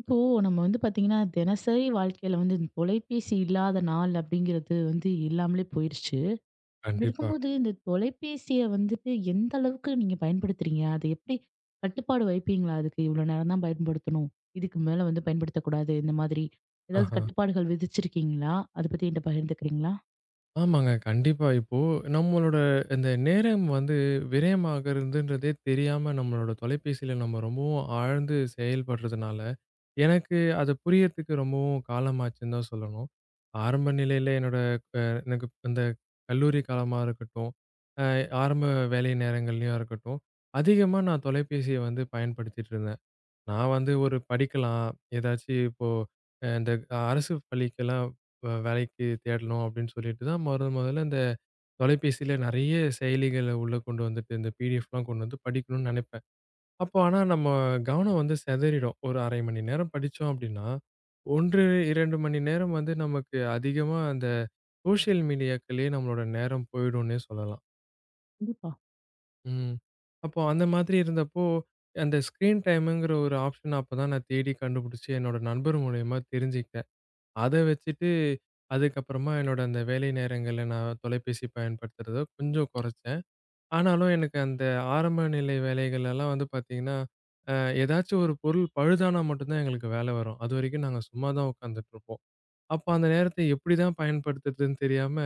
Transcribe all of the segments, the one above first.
இப்போ நம்ம வந்து பாத்தீங்கன்னா, தினசரி வாழ்க்கையில வந்து இந்த தொலைபேசி இல்லாத நாள் அப்படிங்கிறது வந்து இல்லாமலே போயிருச்சு. இப்படி கண்டிப்பா. இருக்கும்போது இந்த தொலைபேசிய வந்துட்டு எந்த அளவுக்கு நீங்க பயன்படுத்துறீங்க? அது எப்படி கட்டுப்பாடு வைப்பீங்களா? அதுக்கு இவ்வளோ நேரம் தான் பயன்படுத்தணும். இதுக்கு மேல வந்து பயன்படுத்தக்கூடாது. இந்த மாதிரி ஏதாவது ஆஹா. கட்டுப்பாடுகள் விதிச்சிருக்கீங்களா? அத பத்தி என்ட்ட பகிர்ந்துக்கிறீங்களா? ஆமாங்க. கண்டிப்பா. இப்போ நம்மளோட இந்த நேரம் வந்து விரயமாகறதுன்றதே தெரியாம நம்மளோட தொலைபேசியில நம்ம ரொம்பவும் ஆழ்ந்து செயல்படுறதுனால, எனக்கு அது புரியறதுக்கு ரொம்பவும் காலமாச்சுன்னு தான் சொல்லணும். ஆரம்ப நிலையில என்னோட அ எனக்கு அந்த கல்லூரி காலமா இருக்கட்டும், அ ஆரம்ப வேலை நேரங்கள்லயா இருக்கட்டும், அதிகமா நான் தொலைபேசிய வந்து பயன்படுத்திட்டு இருந்தேன். நான் வந்து ஒரு படிக்கலாம். ஏதாச்சு இப்போ இந்த அரசு பள்ளிக்கெல்லாம் வேலைக்கு தேடணும் அப்படின்னு சொல்லிட்டு தான் மொதல்ல இந்த தொலைபேசியில நெறைய செயலிகள உள்ள கொண்டு வந்துட்டு, இந்த பிடிஎஃப்லாம் கொண்டு வந்து படிக்கணும்னு நெனைப்பேன். அப்போ ஆனா நம்ம கவனம் வந்து சிதறிடும். ஒரு 1/2 மணி நேரம் படிச்சோம் அப்படின்னா, 1, 2 மணி நேரம் வந்து நமக்கு அதிகமா அந்த சோஷியல் மீடியாக்களயே நம்மளோட நேரம் போயிடும்னே சொல்லலாம். கண்டிப்பா. ம். அப்போ அந்த மாதிரி இருந்தப்போ, அந்த ஸ்க்ரீன் டைம்ங்கிற ஒரு ஆப்ஷன் அப்பதான் நான் தேடி கண்டுபிடிச்சு, என்னோட நண்பர் மூலியமா தெரிஞ்சுக்கிட்டேன். அத வச்சுட்டு, அதுக்கப்புறமா என்னோட அந்த வேலை நேரங்கள்ல நான் தொலைபேசி பயன்படுத்துறத கொஞ்சம் குறைச்சேன். ஆனாலும் எனக்கு அந்த ஆரம்ப நிலை வேலைகள் எல்லாம் வந்து பார்த்தீங்கன்னா, அ ஏதாச்சும் ஒரு பொருள் பழுதானா மட்டும் தான் எங்களுக்கு வேலை வரும். அதுவரைக்கும் நாங்க சும்மா தான் உட்காந்துட்டுருப்போம். அப்ப அந்த நேரத்த எப்படி தான் பயன்படுத்துறதுன்னு தெரியாம,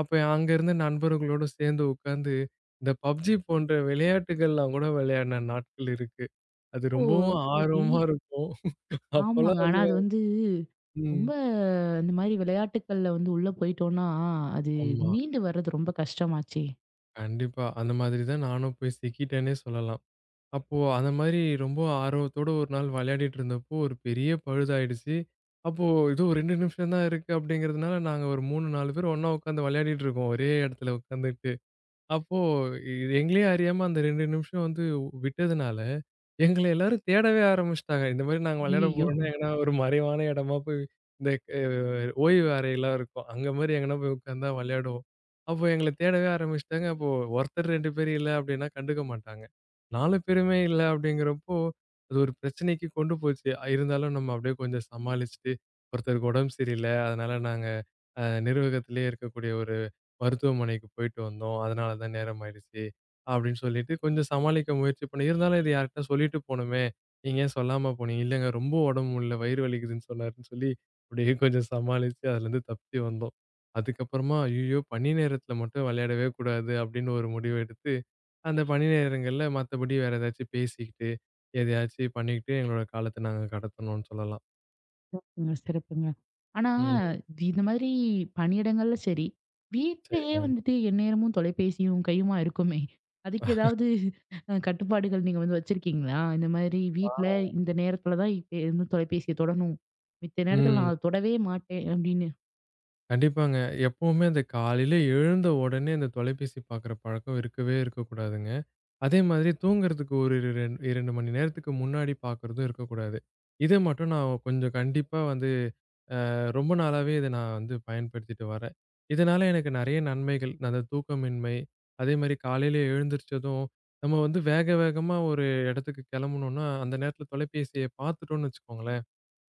அப்ப அங்க இருந்த நண்பர்களோட சேர்ந்து உட்கார்ந்து, இந்த PUBG போன்ற விளையாட்டுகள்லாம் கூட விளையாடின நாட்கள் இருக்கு. அது ஓ! ரொம்பவும் சரி. ஆர்வமா இருக்கும். ஆமாங்க. அப்பல்லாம் ஆனா வந்து. அது வந்து ரொம்ப ம். இந்த மாரி விளையாட்டுக்கள்ல வந்து உள்ள போயிட்டோம்னா, அது ஆமா. மீண்டு வர்றது ரொம்ப கஷ்டமாச்சே! கண்டிப்பா. அந்த மாதிரி தான் நானும் போய் சிக்கிட்டேன்னே சொல்லலாம். அப்போ அந்த மாரி ரொம்ப ஆர்வத்தோட ஒரு நாள் விளையாடிட்டு இருந்தப்போ, ஒரு பெரிய பழுதாயிடுச்சு. அப்போ ஏதோ 2 நிமிஷம் தான் இருக்கு அப்படிங்கிறதுனால, நாங்க ஒரு 3, 4 பேர் ஒண்ணா உட்காந்து விளையாடிட்டு இருக்கோம். ஒரே இடத்துல உட்காந்துட்டு. அப்போ இது எங்களையும் அறியாம அந்த 2 நிமிஷம் வந்து விட்டதுனால, எங்கள எல்லாரும் தேடவே ஆரம்பிச்சுட்டாங்க. இந்த மாரி நாங்க விளையாட ஐயையோ! போறோம்னா, எங்கன்னா ஒரு மறைவான இடமா போய் இந்த அ ஓய்வு அறையெல்லாம் இருக்கும். அங்க மாரி எங்கன்னா போய் உட்கார்ந்தா விளையாடுவோம். அப்போ எங்கள தேடவே ஆரம்பிச்சுட்டாங்க. அப்போ ஒருத்தர் 2 பேர் இல்ல அப்படின்னா கண்டுக்க மாட்டாங்க. 4 பேருமே இல்ல அப்படிங்கிறப்போ, அது ஒரு பிரச்சனைக்கு கொண்டு போச்சு. இருந்தாலும் நம்ம அப்படியே கொஞ்சம் சமாளிச்சுட்டு, ஒருத்தருக்கு உடம்பு சரியில்ல. அதனால நாங்க நிர்வாகத்திலேயே இருக்கக்கூடிய ஒரு மருத்துவமனைக்கு போயிட்டு வந்தோம். அதனால தான் நேரம் ஆயிடுச்சு. அப்படின்னு சொல்லிட்டு கொஞ்சம் சமாளிக்க முயற்சி பண்ணேன். இருந்தாலும் இது யார்ட்ட சொல்லிட்டு போணுமே! நீங்க ஏன் சொல்லாம போனீங்க? இல்லங்க ரொம்ப உடம்பு முடியல. வயிறு வலிக்குதுன்னு சொன்னாருன்னு சொல்லி அப்படியே கொஞ்சம் சமாளிச்சு அதுலேருந்து தப்பிச்சு வந்தோம். அதுக்கப்புறமா ஐய்யயோ! பணி நேரத்தில மட்டும் விளையாடவே கூடாது அப்படின்னு ஒரு முடிவு எடுத்து, அந்த பணி நேரங்கள்ல மத்தபடி வேற ஏதாச்சும் பேசிக்கிட்டு, எதையாச்சும் பண்ணிக்கிட்டு எங்களோட காலத்த நாங்க கடத்தணும்னு சொல்லலாம். சிறப்புங்க, சிறப்புங்க. ஆனா, ம். இந்த மாதிரி பணியிடங்கள்ல சரி, வீட்லயே சரிங்க. வந்துட்டு எந்நேரமும் தொலைபேசியும் கையுமா இருக்குமே! அதுக்கு ஏதாவது கட்டுப்பாடுகள் நீங்க வந்து வச்சிருக்கீங்களா? இந்த மாதிரி ஆ. வீட்ல இந்த நேரத்தில தான் இப்ப வந்து தொலைபேசிய தொடணும். மித்த நேரத்தில ம். நான் அத தொடவே மாட்டேன் அப்படின்னு. கண்டிப்பாங்க. எப்பவுமே அந்த காலையில எழுந்த உடனே அந்த தொலைபேசி பார்க்குற பழக்கம் இருக்கவே இருக்கக்கூடாதுங்க. அதே மாதிரி தூங்குறதுக்கு ஒரு 2 2 மணி நேரத்துக்கு முன்னாடி பார்க்குறதும் இருக்கக்கூடாது. இத மட்டும் நான் கொஞ்சம் கண்டிப்பா வந்து ரொம்ப நாளாவே இத நான் வந்து பயன்படுத்திட்டு வரேன். இதனால எனக்கு நெறைய நன்மைகள், அந்த தூக்கமின்மை, அதே மாரி காலையில எழுந்திரிச்சதும் நம்ம வந்து வேக வேகமா ஒரு இடத்துக்கு கிளம்பணும்னா, அந்த நேரத்தில தொலைபேசிய பார்த்துட்டோம்னு வச்சுக்கோங்களேன்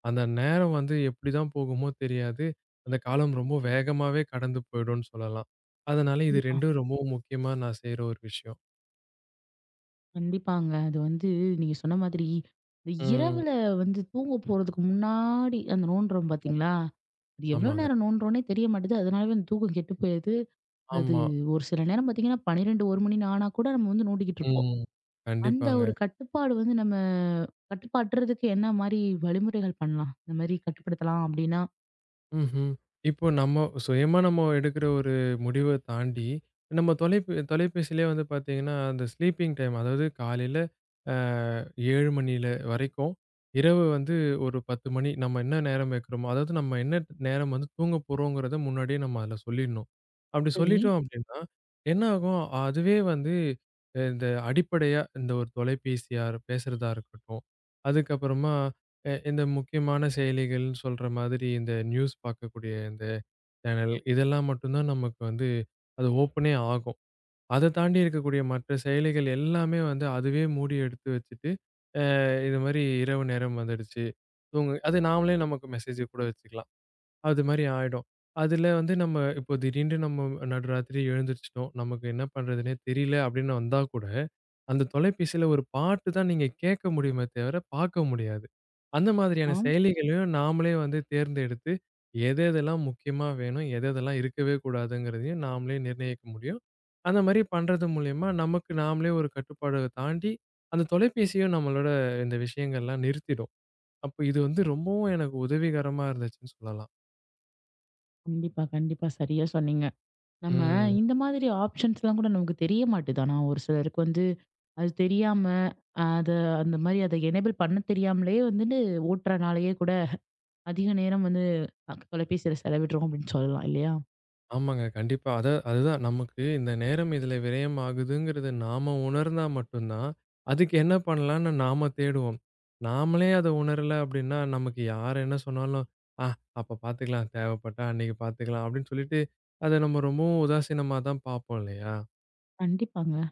அந்த நேரம் வந்து எப்படிதான் போகுமோ தெரியாது. அந்த காலம் ரொம்ப வேகமாவே கடந்து போயிடும்னு சொல்லலாம். அதனால இது கண்டிப்பா, 2ம் ரொம்பவும் முக்கியமா நான் செய்ற ஒரு விஷயம். கண்டிப்பாங்க. அது வந்து நீங்க சொன்ன மாதிரி, இந்த ம். இரவுல வந்து தூங்க போறதுக்கு முன்னாடி அந்த நோண்டுறோம் பார்த்தீங்களா? அது எவ்வளோ ஆமாங்க. நேரம் நோண்டுறோன்னே தெரிய மாட்டேது. அதனாலவே அந்த தூக்கம் கெட்டு போயிருது. அது ஆமா. ஒரு சில நேரம் பார்த்தீங்கன்னா, 12 1 மணி ஆனா கூட நம்ம வந்து நோண்டிக்கிட்டு இருப்போம். ம். அந்த கண்டிப்பாங்க. ஒரு கட்டுப்பாடு வந்து நம்ம கட்டுப்பாட்டுறதுக்கு என்ன மாரி வழிமுறைகள் பண்ணலாம்? இந்த மாரி கட்டுப்படுத்தலாம் அப்டின்னா? ம்ஹ்ம். இப்போ நம்ம சுயமா நம்ம எடுக்கிற ஒரு முடிவ தாண்டி, நம்ம தொலைபேசியிலே வந்து பார்த்தீங்கன்னா, அந்த ஸ்லீப்பிங் டைம் அதாவது காலையில அ 7 மணியில வரைக்கும், இரவு வந்து ஒரு 10 மணி நம்ம என்ன நேரம் வைக்கிறோமோ, அதாவது நம்ம என்ன நேரம் வந்து தூங்க போறோங்கிறத முன்னாடியே நம்ம அதில சொல்லிடணும். அப்படி சரி. சொல்லிட்டோம் அப்படின்னா, என்ன ஆகும்? அதுவே வந்து இந்த அடிப்படையா இந்த ஒரு தொலைபேசியா பேசுறதா இருக்கட்டும், அதுக்கப்புறமா இந்த முக்கியமான செயலிகள்ன்னு சொல்ற மாதிரி இந்த நியூஸ் பார்க்கக்கூடிய இந்த சேனல், இதெல்லாம் மட்டும் தான் நமக்கு வந்து அது ஓப்பனே ஆகும். அத தாண்டி இருக்கக்கூடிய மற்ற செயலிகள் எல்லாமே வந்து அதுவே மூடி எடுத்து வச்சுட்டு, அ இது மாரி இரவு நேரம் வந்துடுச்சு. அது நாமளே நமக்கு மெசேஜ் கூட வச்சுக்கலாம். அது மாரி ஆயிடும். அதுல வந்து நம்ம இப்போ திடீர்னு நம்ம நடுராத்திரி எழுந்திரிச்சுட்டோம். நமக்கு என்ன பண்றதுன்னே தெரியல அப்படின்னு வந்தா கூட, அந்த தொலைபேசியில ஒரு பாட்டு தான் நீங்க கேட்க முடியுமே தவிர பார்க்க முடியாது. அந்த மாதிரியான ஆம். செயலிகளையும் நாமளே வந்து தேர்ந்தெடுத்து, எது எதெல்லாம் முக்கியமா வேணும், எது எதெல்லாம் இருக்கவே கூடாதுங்கிறதையும் நாமளே நிர்ணயிக்க முடியும். அந்த மாரி பண்றது மூலியமா நமக்கு நாமளே ஒரு கட்டுப்பாட தாண்டி, அந்த தொலைபேசியும் நம்மளோட இந்த விஷயங்கள்லாம் நிறுத்திடும். அப்போ இது வந்து ரொம்பவும் எனக்கு உதவிகரமா இருந்துச்சுன்னு சொல்லலாம். கண்டிப்பா, கண்டிப்பா. சரியா சொன்னீங்க. நம்ம ம். இந்த மாதிரி ஆப்ஷன்ஸ்லாம் எல்லாம் கூட நமக்கு தெரிய மாட்டுது. ஆனா ஒரு சிலருக்கு வந்து அது தெரியாம, அத அந்த மாரி அத எனேபிள் பண்ண தெரியாமலேயே வந்துட்டு ஓட்டுறனாலேயே கூட அதிக நேரம் வந்து தொலைபேசியில செலவிடுறோம் அப்டின்னு சொல்லலாம் இல்லையா? ஆமாங்க. கண்டிப்பா. அத அதுதான் நமக்கு இந்த நேரம் இதுல விரயம் ஆகுதுங்கிறத நாம உணர்ந்தா மட்டும் தான், அதுக்கு என்ன பண்ணலான்னு நாம தேடுவோம். நாமளே அத உணரல அப்படின்னா, நமக்கு யார் என்ன சொன்னாலும், "ஆ அப்ப பார்த்துக்கலாம். தேவைப்பட்டா அன்னைக்கு பார்த்துக்கலாம்" அப்படின்னு சொல்லிட்டு, அத நம்ம ரொம்பவும் உதாசீனமா தான் பார்ப்போம் இல்லையா? கண்டிப்பாங்க.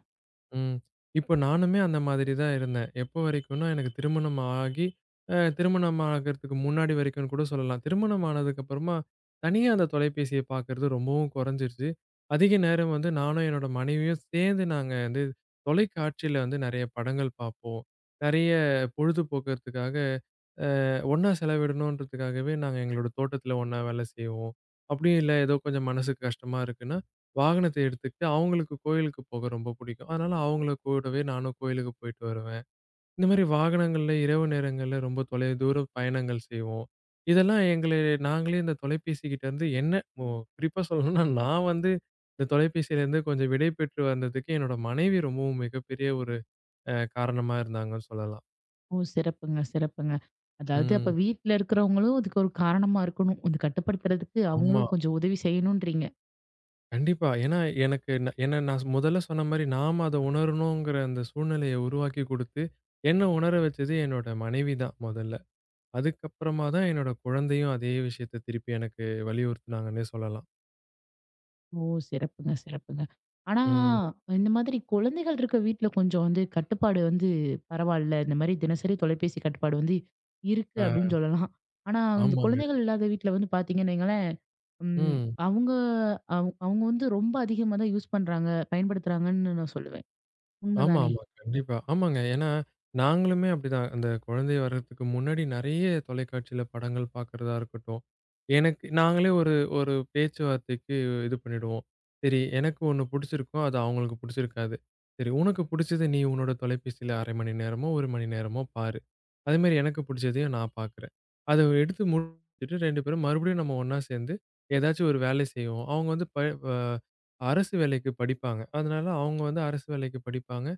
ம். இப்ப நானுமே அந்த மாதிரி தான் இருந்தேன். எப்போ வரைக்கும்னா, எனக்கு திருமணம் ஆகி திருமணம் ஆகறதுக்கு முன்னாடி வரைக்கும்னு கூட சொல்லலாம். திருமணம் ஆனதுக்கப்புறமா, தனியா அந்த தொலைபேசிய பார்க்கறது ரொம்பவும் குறைஞ்சிருச்சு. அதிக நேரம் வந்து நானும் என்னோட மனைவியும் சேர்ந்து நாங்க வந்து தொலைக்காட்சியில வந்து நெறைய படங்கள் பார்ப்போம். நெறைய பொழுதுபோக்குறதுக்காக ஒண்ணா செலவிடணுன்றதுக்காகவே நாங்க எங்களோட தோட்டத்துல ஒண்ணா வேலை செய்வோம். அப்படியும் இல்ல ஏதோ கொஞ்சம் மனசுக்கு கஷ்டமா இருக்குன்னா, வாகனத்த எடுத்துக்கிட்டு அவங்களுக்கு கோயிலுக்கு போக ரொம்ப பிடிக்கும். அதனால அவங்கள கூடவே நானும் கோயிலுக்கு போயிட்டு வருவேன். இந்த மாரி வாகனங்கள்ல இரவு நேரங்கள்ல ரொம்ப தொலைதூர பயணங்கள் செய்வோம். இதெல்லாம் எங்கள நாங்களே இந்த தொலைபேசிகிட்ட இருந்து என்ன மு குறிப்பா சொல்லணும்னா, நான் வந்து இந்த தொலைபேசியிலேருந்து கொஞ்சம் விடை பெற்று வந்ததுக்கு என்னோட மனைவி ரொம்பவும் மிகப்பெரிய ஒரு காரணமா இருந்தாங்கன்னு சொல்லலாம். ஓ! சிறப்புங்க, சிறப்புங்க. அதாவது அப்ப ம். வீட்ல இருக்கிறவங்களும் இதுக்கு ஒரு காரணமா இருக்கணும். இது கட்டுப்படுத்துறதுக்கு ஆமா. அவங்களும் கொஞ்சம் உதவி செய்யணுன்றீங்க. கண்டிப்பா. ஏன்னா, எனக்கு என்ன நான் முதல்ல சொன்ன மாரி நாம அத உணரணுங்கிற அந்த சூழ்நிலைய உருவாக்கி குடுத்து, என்ன உணர வச்சது என்னோட மனைவி தான் முதல்ல. அதுக்கப்புறமா தான் என்னோட குழந்தையும் அதே விஷயத்த திருப்பி எனக்கு வலியுறுத்துனாங்கன்னே சொல்லலாம். ஓ! சிறப்புங்க, சிறப்புங்க. ஆனா, ம். இந்த மாதிரி குழந்தைகள் இருக்க வீட்ல கொஞ்சம் வந்து கட்டுப்பாடு வந்து பரவால்ல. இந்த மாரி தினசரி தொலைபேசி கட்டுப்பாடு வந்து இருக்கு அ அப்படின்னு சொல்லலாம். ஆனா, இந்த ஆமாங்க. குழந்தைகள் இல்லாத வீட்ல வந்து பார்த்தீங்கன்னு வைங்களேன், ம் ம். அவங்க அவங்க வந்து ரொம்ப அதிகமா தான் யூஸ் பண்றாங்க, பயன்படுத்துறாங்கன்னு நான் சொல்லுவேன். உண்ம ஆமா, தானே? ஆமா. கண்டிப்பா. ஆமாங்க. ஏன்னா, நாங்களுமே அப்படிதான். அந்த குழந்தை வர்றதுக்கு முன்னாடி நெறைய தொலைக்காட்சியில படங்கள் பார்க்கறதா இருக்கட்டும். எனக்கு நாங்களே ஒரு ஒரு பேச்சுவார்த்தைக்கு இது பண்ணிடுவோம். சரி, எனக்கு ஒண்ணு புடிச்சிருக்கும். அது அவங்களுக்கு புடிச்சிருக்காது. சரி, உனக்கு புடிச்சத நீ உன்னோட தொலைபேசியில 1/2 மணி நேரமோ, 1 மணி நேரமோ பாரு. அதேமாரி எனக்கு புடிச்சதையும் நான் பார்க்குறேன். அத எடுத்து முடிச்சுட்டு 2 பேரும் மறுபடியும் நம்ம ஒண்ணா சேர்ந்து ஏதாச்சும் ஒரு வேலை செய்வோம். அவங்க வந்து ப அ அரசு வேலைக்கு படிப்பாங்க. அதனால அவங்க வந்து அரசு வேலைக்கு படிப்பாங்க.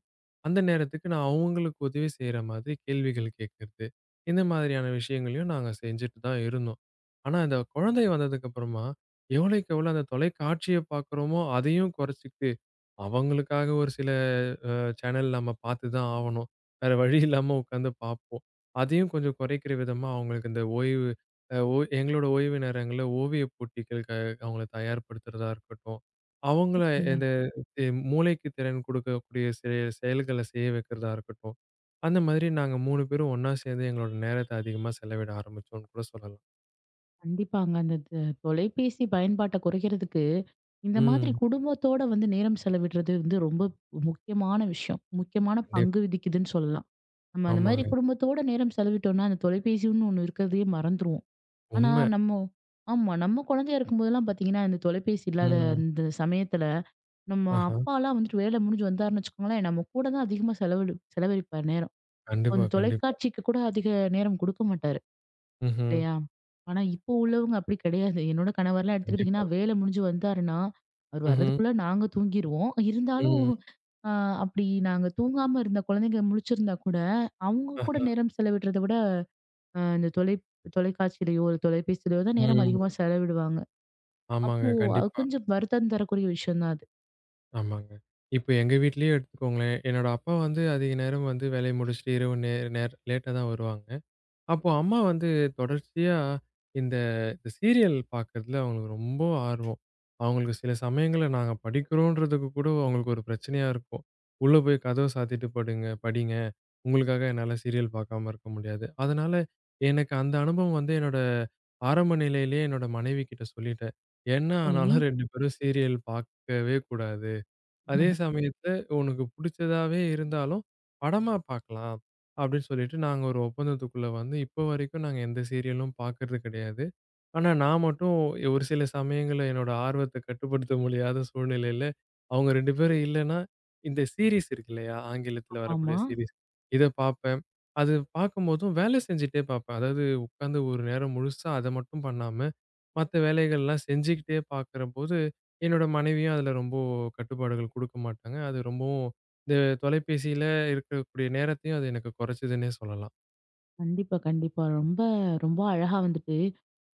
அந்த நேரத்துக்கு நான் அவங்களுக்கு உதவி செய்ற மாதிரி கேள்விகள் கேட்கறது. இந்த மாதிரியான விஷயங்களையும் நாங்க செஞ்சுட்டு தான் இருந்தோம். ஆனா, அந்த குழந்தை வந்ததுக்கு அப்புறமா, எவ்வளவுக்கு எவ்வளோ அந்த தொலைக்காட்சிய பார்க்குறோமோ, அதையும் குறைச்சுக்கிட்டு அவங்களுக்காக ஒரு சில அ சேனல் நம்ம பார்த்து தான் ஆவணும். வேற வழி இல்லாம உட்காந்து பார்ப்போம். அதையும் கொஞ்சம் குறைக்கிற விதமா அவங்களுக்கு இந்த ஓய்வு அ ஓ எங்களோட ஓய்வு நேரங்கள்ல ஓவியப் போட்டிகளுக்கு அவங்கள தயார்படுத்துறதா இருக்கட்டும். அவங்கள இந்த எ மூளைக்கு திறன் குடுக்கக்கூடிய செயல்கள செய்ய வைக்கிறதா இருக்கட்டும். அந்த மாதிரி நாங்க 3 பேரும் ஒண்ணா சேர்ந்து எங்களோட நேரத்த அதிகமா செலவிட ஆரம்பிச்சோம்ன்னு கூட சொல்லலாம். கண்டிப்பாங்க. அந்த த தொலைபேசி பயன்பாட்ட குறைக்கிறதுக்கு, இந்த மாதிரி ம். குடும்பத்தோட வந்து நேரம் செலவிடுறது வந்து ரொம்ப முக்கியமான விஷயம். முக்கியமான கண்டிப் பங்கு விதிக்குதுன்னு சொல்லலாம். நம்ம அந்த மாதிரி ஆமாங்க. குடும்பத்தோட நேரம் செலவிட்டோம்னா, அந்த தொலைபேசின்னு ஒண்ணு இருக்கிறதையே மறந்துருவோம். ஆனா உண்ம. நம்ம ஆமா. நம்ம குழந்தையா இருக்கும்போதெல்லாம் பார்த்தீங்கன்னா, இந்த தொலைபேசி இல்லாத ம். அந்த சமயத்துல, நம்ம ஆஹா. அப்பாலாம் வந்துட்டு வேலை முடிஞ்சு வந்தாருன்னு வச்சுக்கோங்களேன், நம்ம கூட தான் அதிகமா செலவழிப்பார் நேரம். கண்டிப்பா, அந்த கண்டிப்பா. தொலைக்காட்சிக்கு கூட அதிக நேரம் குடுக்க மாட்டாரு. ம்ஹ்ம். அப்படியா? ஆனா இப்போ உள்ளவங்க அப்படி கிடையாது. என்னோட கணவர்லாம் எடுத்துக்கிட்டீங்கன்னா, கண்டிப்பா. வேலை முடிஞ்சு வந்தாருன்னா, அவர் ம்ஹ்ம். வர்றதுக்குள்ள நாங்க தூங்கிருவோம். இருந்தாலும் ம். அ அப்படி நாங்க தூங்காம இருந்த குழந்தைங்க முழிச்சிருந்தா கூட, அவங்க கூட ஆஹா. நேரம் செலவிடுறத விட, அ இந்த தொலை தொலைக்காட்சியிலயோ, ஒரு தொலைபேசியிலயோ தான் நேரம் ம். அதிகமா செலவிடுவாங்க. ஆமாங்க. அப்போ அது கண்டிப்பா. கொஞ்சம் வருத்தம் தரக்கூடிய விஷயம் தான் அது. ஆமாங்க. இப்ப எங்க வீட்லயே எடுத்துக்கோங்களேன். என்னோட அப்பா வந்து அதிக நேரம் வந்து வேலைய முடிச்சுட்டு இரவு நேர லேட்டா தான் வருவாங்க. அப்போ அம்மா வந்து தொடர்ச்சியா இந்த சீரியல் பார்க்கறதுல அவங்களுக்கு ரொம்ப ஆர்வம். அவங்களுக்கு சில சமயங்கள்ல நாங்க படிக்கிறோன்றதுக்கு கூட அவங்களுக்கு ஒரு பிரச்சனையா இருக்கும். "உள்ள போய் கதவ சாத்திட்டு படுங்க படிங்க. உங்களுக்காக என்னால சீரியல் பார்க்காம இருக்க முடியாது." அதனால எனக்கு அந்த அனுபவம் வந்து என்னோட ஆரம்ப நிலையிலேயே என்னோட மனைவி கிட்ட சொல்லிட்டேன். என்ன சரி. ஆனாலும் 2 பேரும் சீரியல் பார்க்கவே கூடாது. அதே சமயத்துல உனக்கு புடிச்சதாவே இருந்தாலும், படமா பார்க்கலாம். அப்படின்னு சொல்லிட்டு நாங்க ஒரு ஒப்பந்தத்துக்குள்ள வந்து, இப்போ வரைக்கும் நாங்க எந்த சீரியலும் பார்க்கறது கிடையாது. ஆனா, நான் மட்டும் ஒரு சில சமயங்கள்ல என்னோட ஆர்வத்த கட்டுப்படுத்த முடியாத சூழ்நிலையில, அவங்க 2 பேரும் இல்லன்னா, இந்த சீரிஸ் இருக்கு இல்லையா? ஆங்கிலத்துல வரக்கூடிய ஆமா. சீரிஸ். இத பார்ப்பேன். அது பார்க்கும்போதும் வேலை செஞ்சுட்டே பார்ப்பேன். அதாவது உட்கார்ந்து ஒரு நேரம் முழுசா அத மட்டும் பண்ணாம, மத்த வேலைகள்லாம் செஞ்சுக்கிட்டே பார்க்கிறபோது, என்னோட மனைவியும் அதுல ரொம்ப கட்டுப்பாடுகள் குடுக்க மாட்டாங்க. அது ரொம்பவும் இந்த தொலைபேசியில இருக்கக்கூடிய நேரத்தையும் அது எனக்கு குறைச்சதுன்னே சொல்லலாம். கண்டிப்பா, கண்டிப்பா. ரொம்ப அழகா வந்துட்டு,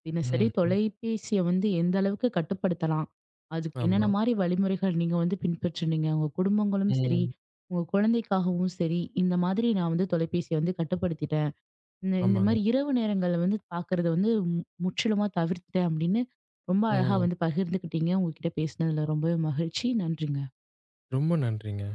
தினசரி ம்ஹ்ம். தொலைபேசிய வந்து எந்த அளவுக்கு கட்டுப்படுத்தலாம்? அதுக்கு ஆமா. என்னென்ன மாரி வழிமுறைகள் நீங்க வந்து பின்பற்றுனீங்க? உங்க குடும்பங்களும் சரி, ம். உங்க குழந்தைக்காகவும் சரி, இந்த மாதிரி நான் வந்து தொலைபேசிய வந்து கட்டுப்படுத்திட்டேன். இந்த இந்த ஆமாங்க. மாரி இரவு நேரங்கள்ல வந்து பார்க்கறத வந்து முற்றிலுமா தவிர்த்துட்டேன் அப்படின்னு, ரொம்ப அழகா ம். வந்து பகிர்ந்துக்கிட்டீங்க. உங்ககிட்ட பேசினதுல ரொம்பவே மகிழ்ச்சி. நன்றிங்க. ரொம்ப நன்றிங்க.